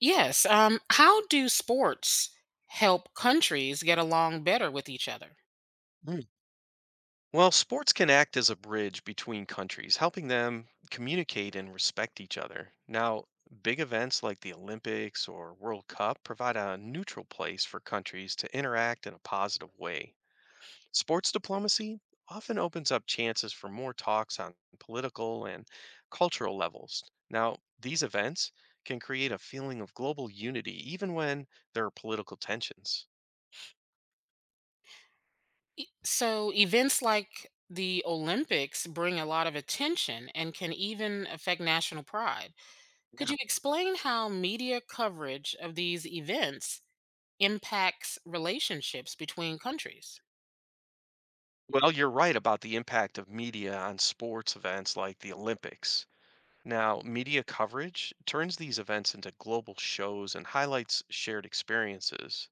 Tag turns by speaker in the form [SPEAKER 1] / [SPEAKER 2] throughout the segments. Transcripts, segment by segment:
[SPEAKER 1] Yes. How do sports help countries get along better with each other?
[SPEAKER 2] Mm. Well, sports can act as a bridge between countries, helping them communicate and respect each other. Now, big events like the Olympics or World Cup provide a neutral place for countries to interact in a positive way. Sports diplomacy often opens up chances for more talks on political and cultural levels. Now, these events can create a feeling of global unity even when there are political tensions.
[SPEAKER 1] So, events like the Olympics bring a lot of attention and can even affect national pride. Could
[SPEAKER 2] Yeah.
[SPEAKER 1] you explain how media coverage of these events impacts relationships between countries?
[SPEAKER 2] Well, you're right about the impact of media on sports events like the Olympics. Now, media coverage turns these events into global shows and highlights shared experiences.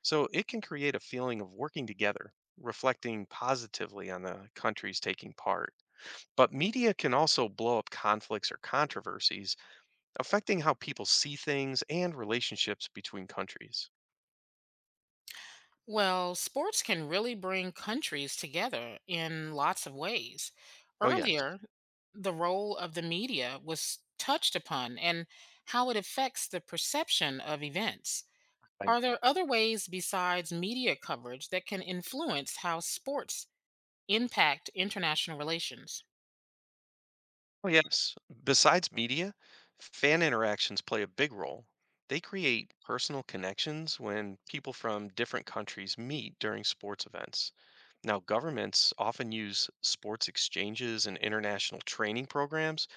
[SPEAKER 2] So it can create a feeling of working together, reflecting positively on the countries taking part. But media can also blow up conflicts or controversies, affecting how people see things and relationships between countries.
[SPEAKER 1] Well, sports can really bring countries together in lots of ways.
[SPEAKER 2] Oh, yes.
[SPEAKER 1] Earlier, the role of the media was touched upon and how it affects the perception of events.
[SPEAKER 2] I,
[SPEAKER 1] Are there other ways besides media coverage that can influence how sports impact international relations?
[SPEAKER 2] Oh, yes. Besides media, fan interactions play a big role. They create personal connections when people from different countries meet during sports events. Now, governments often use sports exchanges and international training programs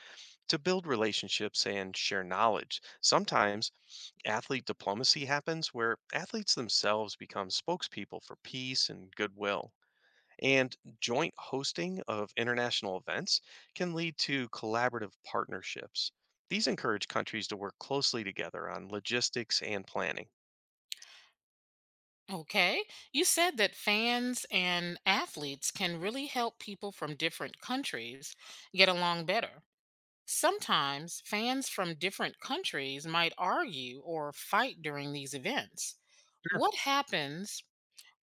[SPEAKER 2] to build relationships and share knowledge. Sometimes athlete diplomacy happens where athletes themselves become spokespeople for peace and goodwill. And joint hosting of international events can lead to collaborative partnerships. These encourage countries to work closely together on logistics and planning.
[SPEAKER 1] Okay, you said that fans and athletes can really help people from different countries get along better. Sometimes fans from different countries might argue or fight during these events. What happens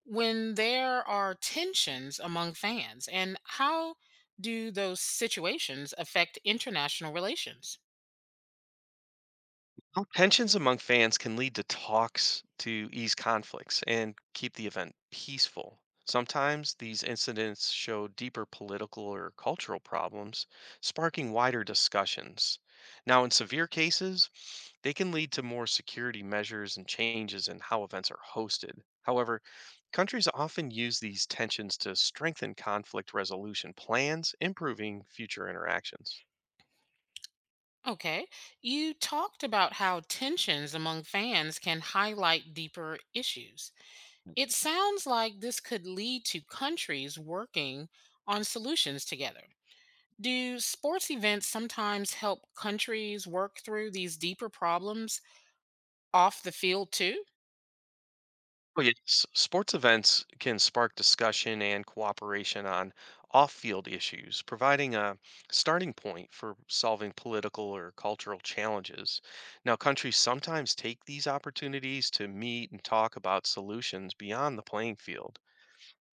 [SPEAKER 1] when there are tensions among fans, and how do those situations affect international relations?
[SPEAKER 2] Well, tensions among fans can lead to talks to ease conflicts and keep the event peaceful. Sometimes these incidents show deeper political or cultural problems, sparking wider discussions. Now, in severe cases, they can lead to more security measures and changes in how events are hosted. However, countries often use these tensions to strengthen conflict resolution plans, improving future interactions.
[SPEAKER 1] Okay, you talked about how tensions among fans can highlight deeper issues. It sounds like this could lead to countries working on solutions together. Do sports events sometimes help countries work through these deeper problems off the field too?
[SPEAKER 2] Oh, yeah. Sports events can spark discussion and cooperation on off field issues, providing a starting point for solving political or cultural challenges. Now, countries sometimes take these opportunities to meet and talk about solutions beyond the playing field.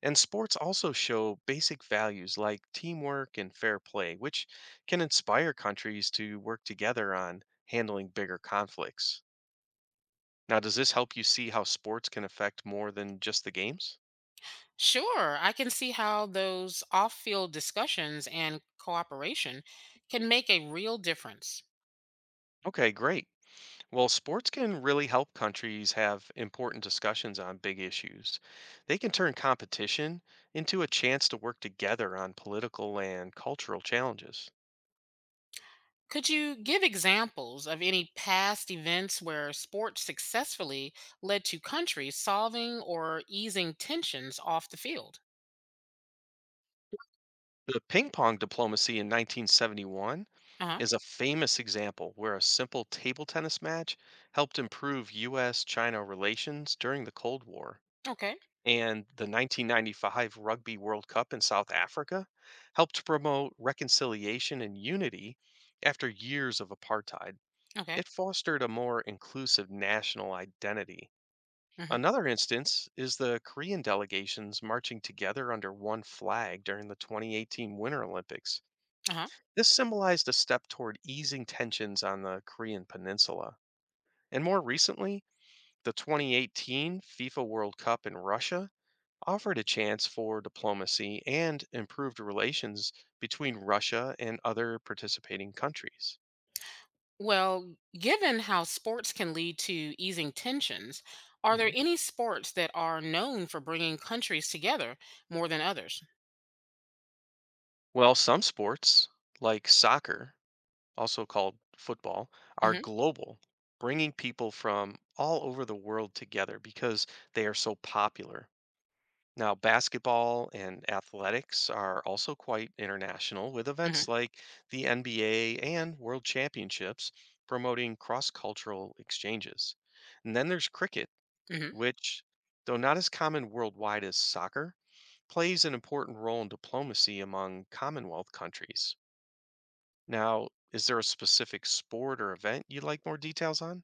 [SPEAKER 2] And sports also show basic values like teamwork and fair play, which can inspire countries to work together on handling bigger conflicts. Now, does this help you see how sports can affect more than just the games?
[SPEAKER 1] Sure, I can see how those off field discussions and cooperation can make a real difference.
[SPEAKER 2] Okay, great. Well, sports can really help countries have important discussions on big issues. They can turn competition into a chance to work together on political and cultural challenges.
[SPEAKER 1] Could you give examples of any past events where sports successfully led to countries solving or easing tensions off the field?
[SPEAKER 2] The ping pong diplomacy in 1971
[SPEAKER 1] Uh huh.
[SPEAKER 2] is a famous example where a simple table tennis match helped improve US China relations during the Cold War.
[SPEAKER 1] Okay.
[SPEAKER 2] And the 1995 Rugby World Cup in South Africa helped promote reconciliation and unity after years of apartheid.
[SPEAKER 1] Okay.
[SPEAKER 2] It fostered a more inclusive national identity.
[SPEAKER 1] Mm-hmm.
[SPEAKER 2] Another instance is the Korean delegations marching together under one flag during the 2018 Winter Olympics.
[SPEAKER 1] Uh huh.
[SPEAKER 2] This symbolized a step toward easing tensions on the Korean peninsula. And more recently, the 2018 FIFA World Cup in Russia offered a chance for diplomacy and improved relations between Russia and other participating countries.
[SPEAKER 1] Well, given how sports can lead to easing tensions, are there
[SPEAKER 2] Mhm.
[SPEAKER 1] any sports that are known for bringing countries together more than others?
[SPEAKER 2] Well, some sports, like soccer, also called football, are
[SPEAKER 1] Hmm.
[SPEAKER 2] global, bringing people from all over the world together because they are so popular. Now, basketball and athletics are also quite international, with events
[SPEAKER 1] Hmm.
[SPEAKER 2] like the NBA and World Championships promoting cross cultural exchanges. And then there's cricket,
[SPEAKER 1] Hmm.
[SPEAKER 2] which, though not as common worldwide as soccer, plays an important role in diplomacy among Commonwealth countries. Now, is there a specific sport or event you'd like more details on?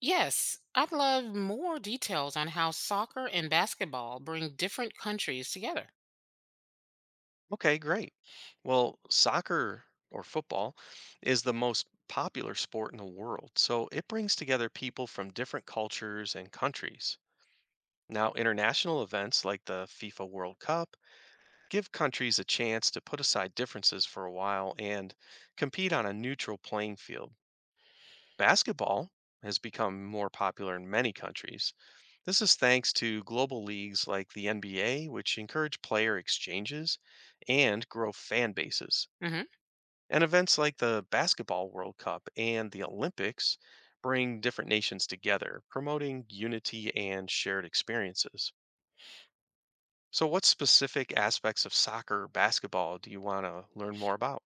[SPEAKER 1] Yes, I'd love more details on how soccer and basketball bring different countries together.
[SPEAKER 2] Okay, great. Well, soccer or football is the most popular sport in the world, so it brings together people from different cultures and countries. Now, international events like the FIFA World Cup give countries a chance to put aside differences for a while and compete on a neutral playing field. Basketball has become more popular in many countries. This is thanks to global leagues like the NBA, which encourage player exchanges and grow fan bases.
[SPEAKER 1] Hmm.
[SPEAKER 2] And events like the Basketball World Cup and the Olympics bring different nations together, promoting unity and shared experiences. So, what specific aspects of soccer or basketball do you want to learn more about?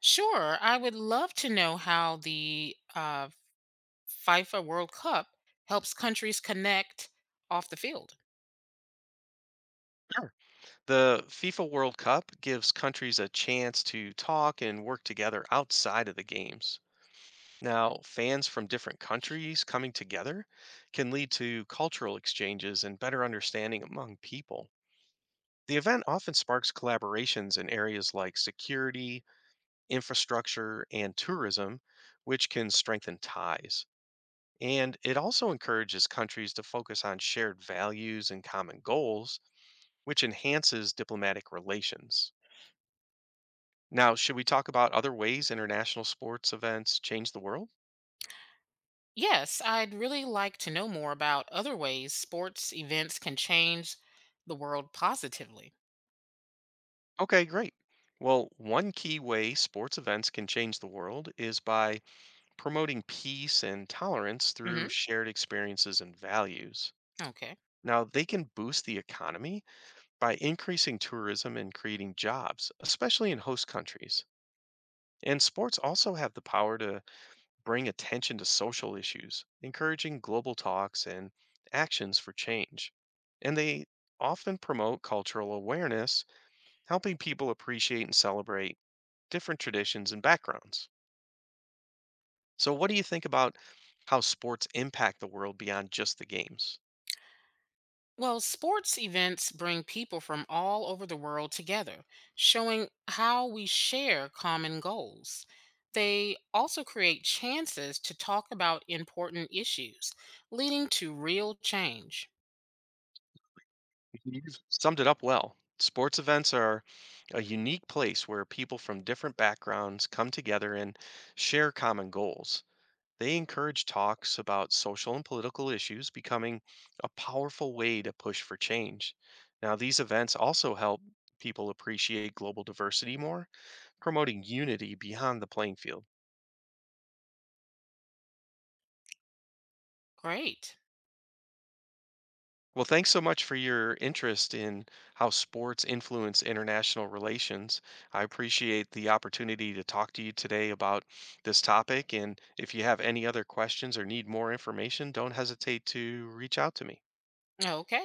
[SPEAKER 1] Sure, I would love to know how the FIFA World Cup helps countries connect off the field.
[SPEAKER 2] Sure. The FIFA World Cup gives countries a chance to talk and work together outside of the games. Now, fans from different countries coming together can lead to cultural exchanges and better understanding among people. The event often sparks collaborations in areas like security, infrastructure, and tourism, which can strengthen ties. And it also encourages countries to focus on shared values and common goals, which enhances diplomatic relations. Now, should we talk about other ways international sports events change the world?
[SPEAKER 1] Yes, I'd really like to know more about other ways sports events can change the world positively.
[SPEAKER 2] Okay, great. Well, one key way sports events can change the world is by promoting peace and tolerance
[SPEAKER 1] Hmm.
[SPEAKER 2] through shared experiences and values.
[SPEAKER 1] Okay.
[SPEAKER 2] Now, they can boost the economy by increasing tourism and creating jobs, especially in host countries. And sports also have the power to bring attention to social issues, encouraging global talks and actions for change. And they often promote cultural awareness, helping people appreciate and celebrate different traditions and backgrounds. So, what do you think about how sports impact the world beyond just the games?
[SPEAKER 1] Well, sports events bring people from all over the world together, showing how we share common goals. They also create chances to talk about important issues, leading to real change.
[SPEAKER 2] You've summed it up well. Sports events are a unique place where people from different backgrounds come together and share common goals. They encourage talks about social and political issues, becoming a powerful way to push for change. Now, these events also help people appreciate global diversity more, promoting unity beyond the playing field.
[SPEAKER 1] Great.
[SPEAKER 2] Well, thanks so much for your interest in how sports influence international relations. I appreciate the opportunity to talk to you today about this topic. And if you have any other questions or need more information, don't hesitate to reach out to me.
[SPEAKER 1] Okay.